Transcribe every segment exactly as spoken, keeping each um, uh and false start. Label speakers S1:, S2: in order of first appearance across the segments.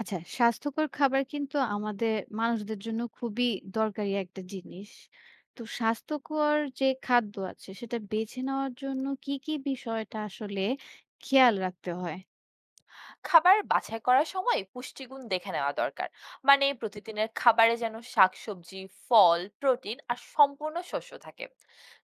S1: আচ্ছা, স্বাস্থ্যকর খাবার কিন্তু আমাদের মানুষদের জন্য খুবই দরকারি একটা জিনিস। তো স্বাস্থ্যকর যে খাদ্য আছে সেটা বেছে নেওয়ার জন্য কি, কি বিষয়টা আসলে খেয়াল রাখতে হয়?
S2: খাবার বাছাই করার সময় পুষ্টিগুণ দেখে নেওয়া দরকার। মানে প্রতিদিনের খাবারে যেন শাকসবজি, ফল, প্রোটিন আর সম্পূর্ণ শস্য থাকে।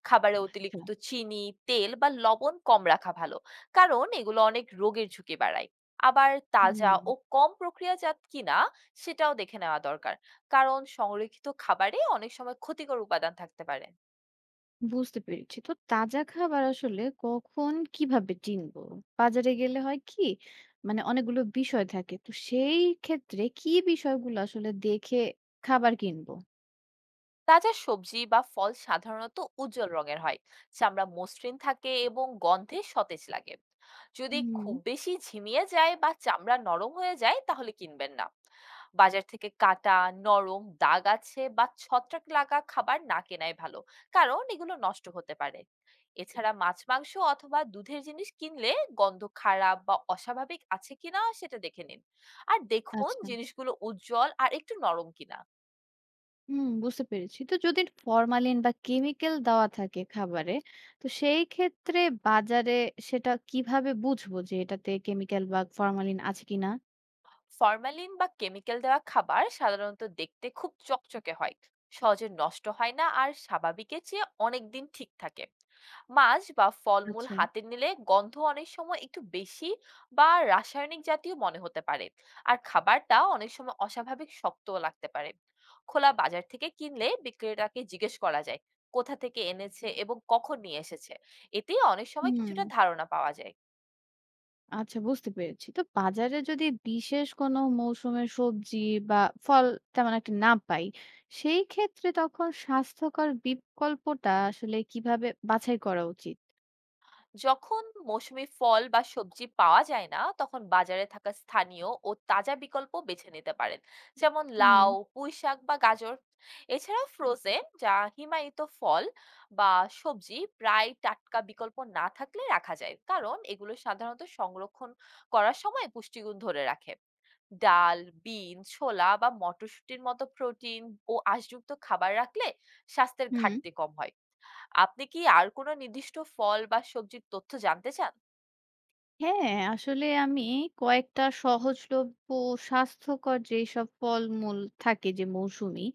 S2: খাবারে
S1: আচ্ছা,
S2: অতিরিক্ত চিনি, তেল বা লবণ কম রাখা ভালো, কারণ এগুলো অনেক রোগের ঝুঁকি বাড়ায়। আবার তাজা
S1: হুম,
S2: ও কম প্রক্রিয়াজাত কিনা সেটাও দেখে নেওয়া দরকার, কারণ সংরক্ষিত খাবারে অনেক সময় ক্ষতিকর উপাদান থাকতে পারে।
S1: বুঝতে পেরেছি। তো তাজা খাবার আসলে কখন কিভাবে চিনবো? বাজারে গেলে হয় কি মানে অনেকগুলো বিষয় থাকে। তো সেই ক্ষেত্রে কি বিষয়গুলো আসলে দেখে খাবার কিনবো?
S2: তাজা সবজি বা ফল সাধারণত উজ্জ্বল রঙের হয়, চামড়া মসৃণ থাকে এবং গন্ধে সতেজ লাগে। যদি
S1: হুম,
S2: খুব বেশি ঝিমিয়ে যায় বা চামড়া নরম হয়ে যায় তাহলে কিনবেন না। বাজার থেকে কাটা, নরম, দাগ আছে বা ছত্রাক লাগা খাবার না কেনাই ভালো, কারণ এগুলো নষ্ট হতে পারে। এছাড়া মাছ, মাংস অথবা দুধের জিনিস কিনলে গন্ধ খারাপ বা অস্বাভাবিক আছে কিনা সেটা দেখে নিন। আর দেখুন
S1: আচ্ছা।
S2: জিনিসগুলো উজ্জ্বল আর একটু নরম কিনা।
S1: হুম, বুঝতে পেরেছি। তো যদি ফরমালিন বা কেমিক্যাল দেওয়া থাকে খাবারে, তো সেই ক্ষেত্রে বাজারে সেটা কিভাবে বুঝবো যে এটাতে কেমিক্যাল বা ফরমালিন আছে কিনা?
S2: ফরমালিন বা কেমিক্যাল দেওয়া খাবার সাধারণত দেখতে খুব চকচকে হয়, সহজে নষ্ট হয় না আর স্বাভাবিকের চেয়ে অনেক দিন ঠিক থাকে। মাছ বা ফলমূল
S1: আচ্ছা।
S2: হাতে নিলে গন্ধ অনেক সময় একটু বেশি বা রাসায়নিক জাতীয় মনে হতে পারে। আর খাবারটা অনেক সময় অস্বাভাবিক শক্তও লাগতে পারে। খোলা বাজার থেকে কিনলে বিক্রেতাকে জিজ্ঞেস করা যায় কোথা থেকে এনেছে এবং কখন নিয়ে এসেছে। এতে অনেক সময়
S1: হুম,
S2: কিছুটা ধারণা পাওয়া যায়।
S1: আচ্ছা বুঝতে পেরেছি। তো বাজারে যদি বিশেষ কোনো মৌসুমের সবজি বা ফল তেমন একটা না পাই, সেই ক্ষেত্রে তখন স্বাস্থ্যকর বিকল্পটা আসলে কিভাবে বাছাই করা উচিত?
S2: যখন মৌসুমী ফল বা সবজি পাওয়া যায় না তখন বাজারে থাকা স্থানীয় ও তাজা বিকল্প বেছে নিতে পারেন, যেমন
S1: হুম।
S2: লাউ, পুঁই শাক বা গাজর। এছাড়াও ফ্রোজেন, যা হিমায়িত ফল বা সবজি, প্রায় টাটকা বিকল্প না থাকলে রাখা যায়, কারণ এগুলো সাধারণত সংরক্ষণ করার সময় পুষ্টিগুণ ধরে রাখে। ডাল, বিন, ছোলা বা মটরশুঁটির মতো প্রোটিন ও আঁশযুক্ত খাবার রাখলে স্বাস্থ্যের
S1: হুম।
S2: ঘাটতি কম হয়। আপনি কি আর কোনো নির্দিষ্ট ফল বা সবজির তথ্য জানতে চান?
S1: হ্যাঁ, আসলে আমি কয়েকটা সহজলভ্য স্বাস্থ্যকর যেইসব ফলমূল থাকে যে মৌসুমী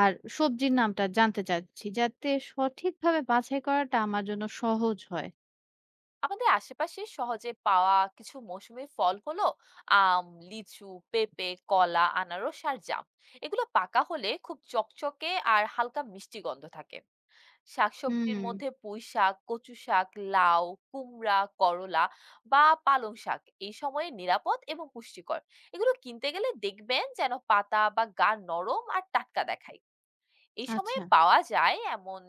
S1: আর সবজির নামটা জানতে চাচ্ছি, যাতে সঠিকভাবে বাছাই করাটা আমার জন্য সহজ হয়।
S2: আমাদের আশেপাশে সহজে পাওয়া কিছু মৌসুমী ফল হলো আম, লিচু, পেঁপে, কলা, আনারস আর জাম। এগুলো পাকা হলে খুব চকচকে আর হালকা মিষ্টি গন্ধ থাকে। শাকসবজির
S1: হুম,
S2: মধ্যে পুঁই শাক, কচু শাক, লাউ, কুমড়া, করলা বা পালং শাক এই সময়ে নিরাপদ এবং পুষ্টিকর। এগুলো কিনতে গেলে দেখবেন যেন পাতা বা গা নরম আর টাটকা দেখায়। এই সময়ে
S1: আচ্ছা।
S2: পাওয়া যায় এমন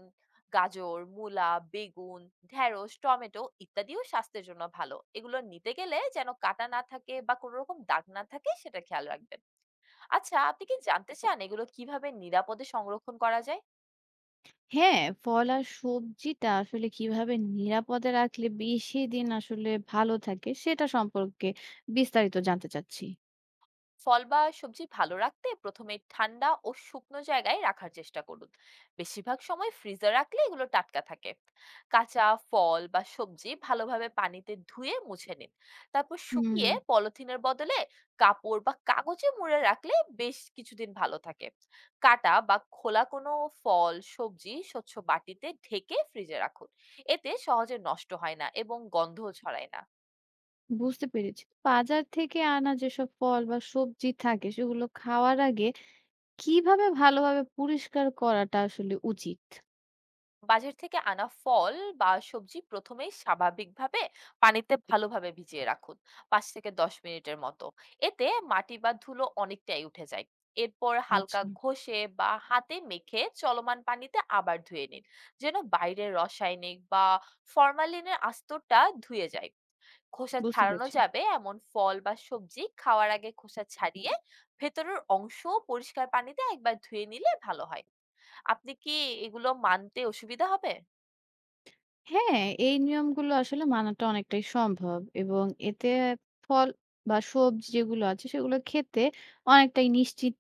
S2: গাজর, মূলা, বেগুন, ঢেঁড়স, টমেটো ইত্যাদিও স্বাস্থ্যের জন্য ভালো। এগুলো নিতে গেলে যেন কাটা না থাকে বা কোনো রকম দাগ না থাকে সেটা খেয়াল রাখবেন। আচ্ছা, আপনি কি জানতে চান এগুলো কিভাবে নিরাপদে সংরক্ষণ করা যায়?
S1: হ্যাঁ, ফল আর সবজিটা আসলে কিভাবে নিরাপদে রাখলে বেশি দিন আসলে ভালো থাকে সেটা সম্পর্কে বিস্তারিত জানতে চাচ্ছি।
S2: ফল বা সবজি ভালো রাখতে প্রথমে ঠান্ডা ও শুকনো জায়গায় রাখার চেষ্টা করুন। বেশিরভাগ সময় ফ্রিজে রাখলে এগুলো টাটকা থাকে। কাঁচা ফল বা সবজি ভালোভাবে পানিতে ধুয়ে মুছে নিন, তারপর
S1: হুম।
S2: শুকিয়ে পলিথিনের বদলে কাপড় বা কাগজে মুড়ে রাখলে বেশ কিছুদিন ভালো থাকে। কাটা বা খোলা কোনো ফল, সবজি স্বচ্ছ বাটিতে ঢেকে ফ্রিজে রাখুন। এতে সহজে নষ্ট হয় না এবং গন্ধও ছড়ায় না।
S1: বুঝতে পেরেছি। বাজার থেকে আনা যেসব ফল বা সবজি থাকে সেগুলো খাওয়ার আগে কিভাবে ভালোভাবে পরিষ্কার করাটা আসলে উচিত?
S2: বাজার থেকে আনা ফল বা সবজি প্রথমেই স্বাভাবিকভাবে পানিতে ভালোভাবে ভিজিয়ে রাখুন, পাঁচ থেকে দশ মিনিটের মতো। এতে মাটি বা ধুলো অনেকটাই উঠে যায়। এরপর
S1: আচ্ছা,
S2: হালকা ঘষে বা হাতে মেখে চলমান পানিতে আবার ধুয়ে নিন, যেন বাইরের রাসায়নিক বা ফরমালিনের আস্তরটা ধুয়ে যায়। খোসা
S1: বুঝতে
S2: ছাড়ানো
S1: পেরেছি।
S2: যাবে এমন ফল বা সবজি খাওয়ার আগে খোসা ছাড়িয়ে ভেতরের অংশ পরিষ্কার পানিতে একবার ধুয়ে নিলে ভালো হয়। আপনি কি এগুলো মানতে অসুবিধা হবে?
S1: হ্যাঁ, এই নিয়মগুলো আসলে মানাটা অনেকটাই সম্ভব এবং এতে ফল বা সবজি যেগুলো আছে সেগুলো খেতে অনেকটাই নিশ্চিত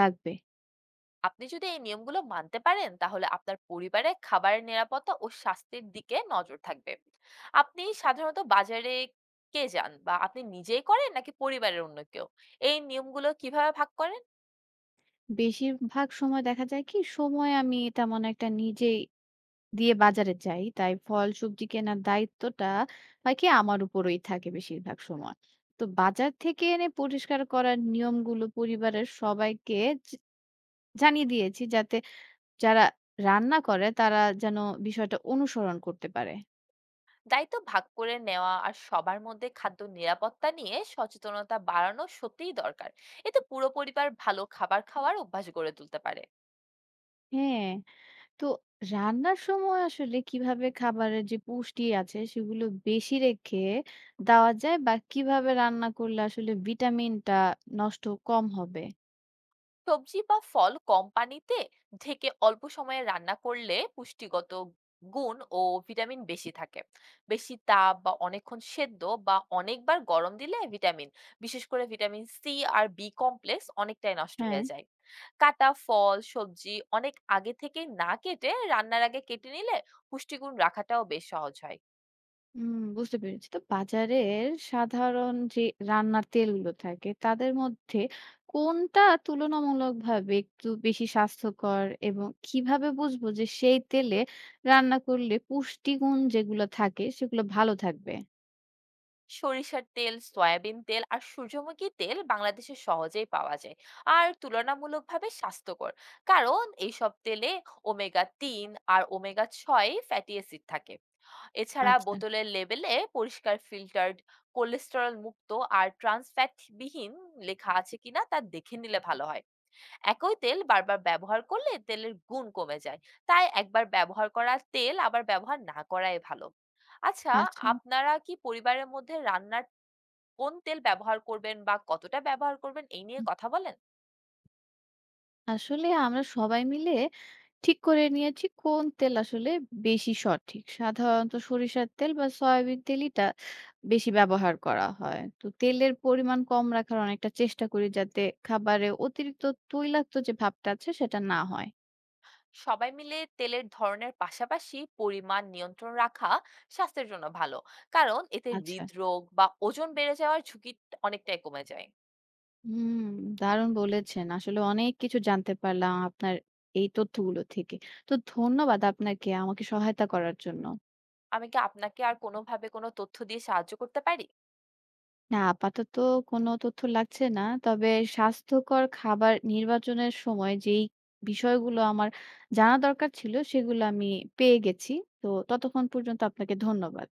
S1: লাগবে।
S2: আপনি যদি এই নিয়মগুলো মানতে পারেন তাহলে আপনার পরিবারে খাবারের নিরাপত্তা ও স্বাস্থ্যের দিকে নজর থাকবে। আপনি সাধারণত বাজারে কে যান, বা আপনি নিজেই করেন নাকি পরিবারের অন্য কেউ? এই নিয়মগুলো কিভাবে ভাগ করেন?
S1: বেশিরভাগ সময় দেখা যায় কি সময় আমি তেমন একটা নিজেই দিয়ে বাজারে যাই। তাই ফল সবজি কেনার দায়িত্বটা হয় কি আমার উপরেই থাকে বেশিরভাগ সময়। তো বাজার থেকে এনে পরিষ্কার করার নিয়মগুলো পরিবারের সবাইকে জানিয়ে দিয়েছি যাতে যারা রান্না করে তারা যেন বিষয়টা অনুসরণ করতে পারে।
S2: দায়িত্ব ভাগ করে নেওয়া আর সবার মধ্যে খাদ্য নিরাপত্তা নিয়ে সচেতনতা বাড়ানো সত্যিই দরকার। এতে পুরো পরিবার ভালো খাবার খাওয়ার অভ্যাস গড়ে তুলতে পারে।
S1: হ্যাঁ, তো রান্নার সময় আসলে কিভাবে খাবারের যে পুষ্টি আছে সেগুলো বেশি রেখে দেওয়া যায় বা কিভাবে রান্না করলে আসলে ভিটামিনটা নষ্ট কম হবে?
S2: সবজি বা ফল কম পানিতে ঢেকে অল্প সময়ে রান্না করলে পুষ্টিগত গুণ ও ভিটামিন বেশি থাকে। বেশি তাপ বা অনেকক্ষণ সেদ্ধ বা অনেকবার গরম দিলে ভিটামিন, বিশেষ করে ভিটামিন সি আর বি কমপ্লেক্স অনেকটাই নষ্ট
S1: হ্যাঁ।
S2: হয়ে যায়। কাটা ফল, সবজি অনেক আগে থেকে না কেটে রান্নার আগে কেটে নিলে পুষ্টিগুণ রাখাটাও বেশ সহজ হয়।
S1: হুম, বুঝতে পেরেছি। তো বাজারের সাধারণ যে রান্নার তেলগুলো থাকে, তাদের মধ্যে কোনটা তুলনামূলকভাবে একটু বেশি স্বাস্থ্যকর এবং কিভাবে বুঝবো যে সেই তেলে রান্না করলে পুষ্টিগুণ যেগুলো থাকে, সেগুলো ভালো থাকবে?
S2: সরিষার তেল, সয়াবিন তেল আর সূর্যমুখী তেল বাংলাদেশে সহজেই পাওয়া যায় আর তুলনামূলকভাবে স্বাস্থ্যকর, কারণ এইসব তেলে ওমেগা তিন আর ওমেগা ছয় ফ্যাটি অ্যাসিড থাকে। এছাড়া
S1: আচ্ছা।
S2: বোতলের লেবেলে পরিষ্কার ফিল্টার্ড, কোলেস্টেরল মুক্ত আর ট্রান্স ফ্যাট বিহীন লেখা আছে কিনা তা দেখে নিলে ভালো হয়। একই তেল বারবার ব্যবহার করলে তেলের গুণ কমে যায়, তাই একবার ব্যবহার করা তেল আবার ব্যবহার না করাই ভালো। আচ্ছা,
S1: আচ্ছা, আচ্ছা।
S2: আপনারা কি পরিবারের মধ্যে রান্নার কোন তেল ব্যবহার করবেন বা কতটা ব্যবহার করবেন এই নিয়ে কথা বলেন?
S1: আসলে আমরা সবাই মিলে ঠিক করে নিয়েছি কোন তেল আসলে বেশি সঠিক। সাধারণত সরিষার তেল বা সয়াবিন তেলইটা বেশি ব্যবহার করা হয়। তো তেলের পরিমাণ কম রাখার অনেকটা চেষ্টা করি যাতে খাবারে অতিরিক্ত তৈলাক্ত যে ভাবটা আছে সেটা না হয়।
S2: সবাই মিলে তেলের ধরনের পাশাপাশি পরিমাণ নিয়ন্ত্রণ রাখা স্বাস্থ্যের জন্য ভালো, কারণ এতে
S1: আচ্ছা।
S2: হৃদরোগ বা ওজন বেড়ে যাওয়ার ঝুঁকি অনেকটাই কমে যায়।
S1: হুম, দারুণ বলেছেন। আসলে অনেক কিছু জানতে পারলাম আপনার এই তথ্যগুলো থেকে। তো ধন্যবাদ আপনাকে আমাকে সহায়তা করার জন্য।
S2: আমি কি আপনাকে আর কোনোভাবে কোনো তথ্য দিয়ে সাহায্য করতে পারি?
S1: না, আপাতত কোনো তথ্য লাগছে না। তবে স্বাস্থ্যকর খাবার নির্বাচনের সময় যেই বিষয়গুলো আমার জানা দরকার ছিল, সেগুলো আমি পেয়ে গেছি। তো ততক্ষণ পর্যন্ত আপনাকে ধন্যবাদ।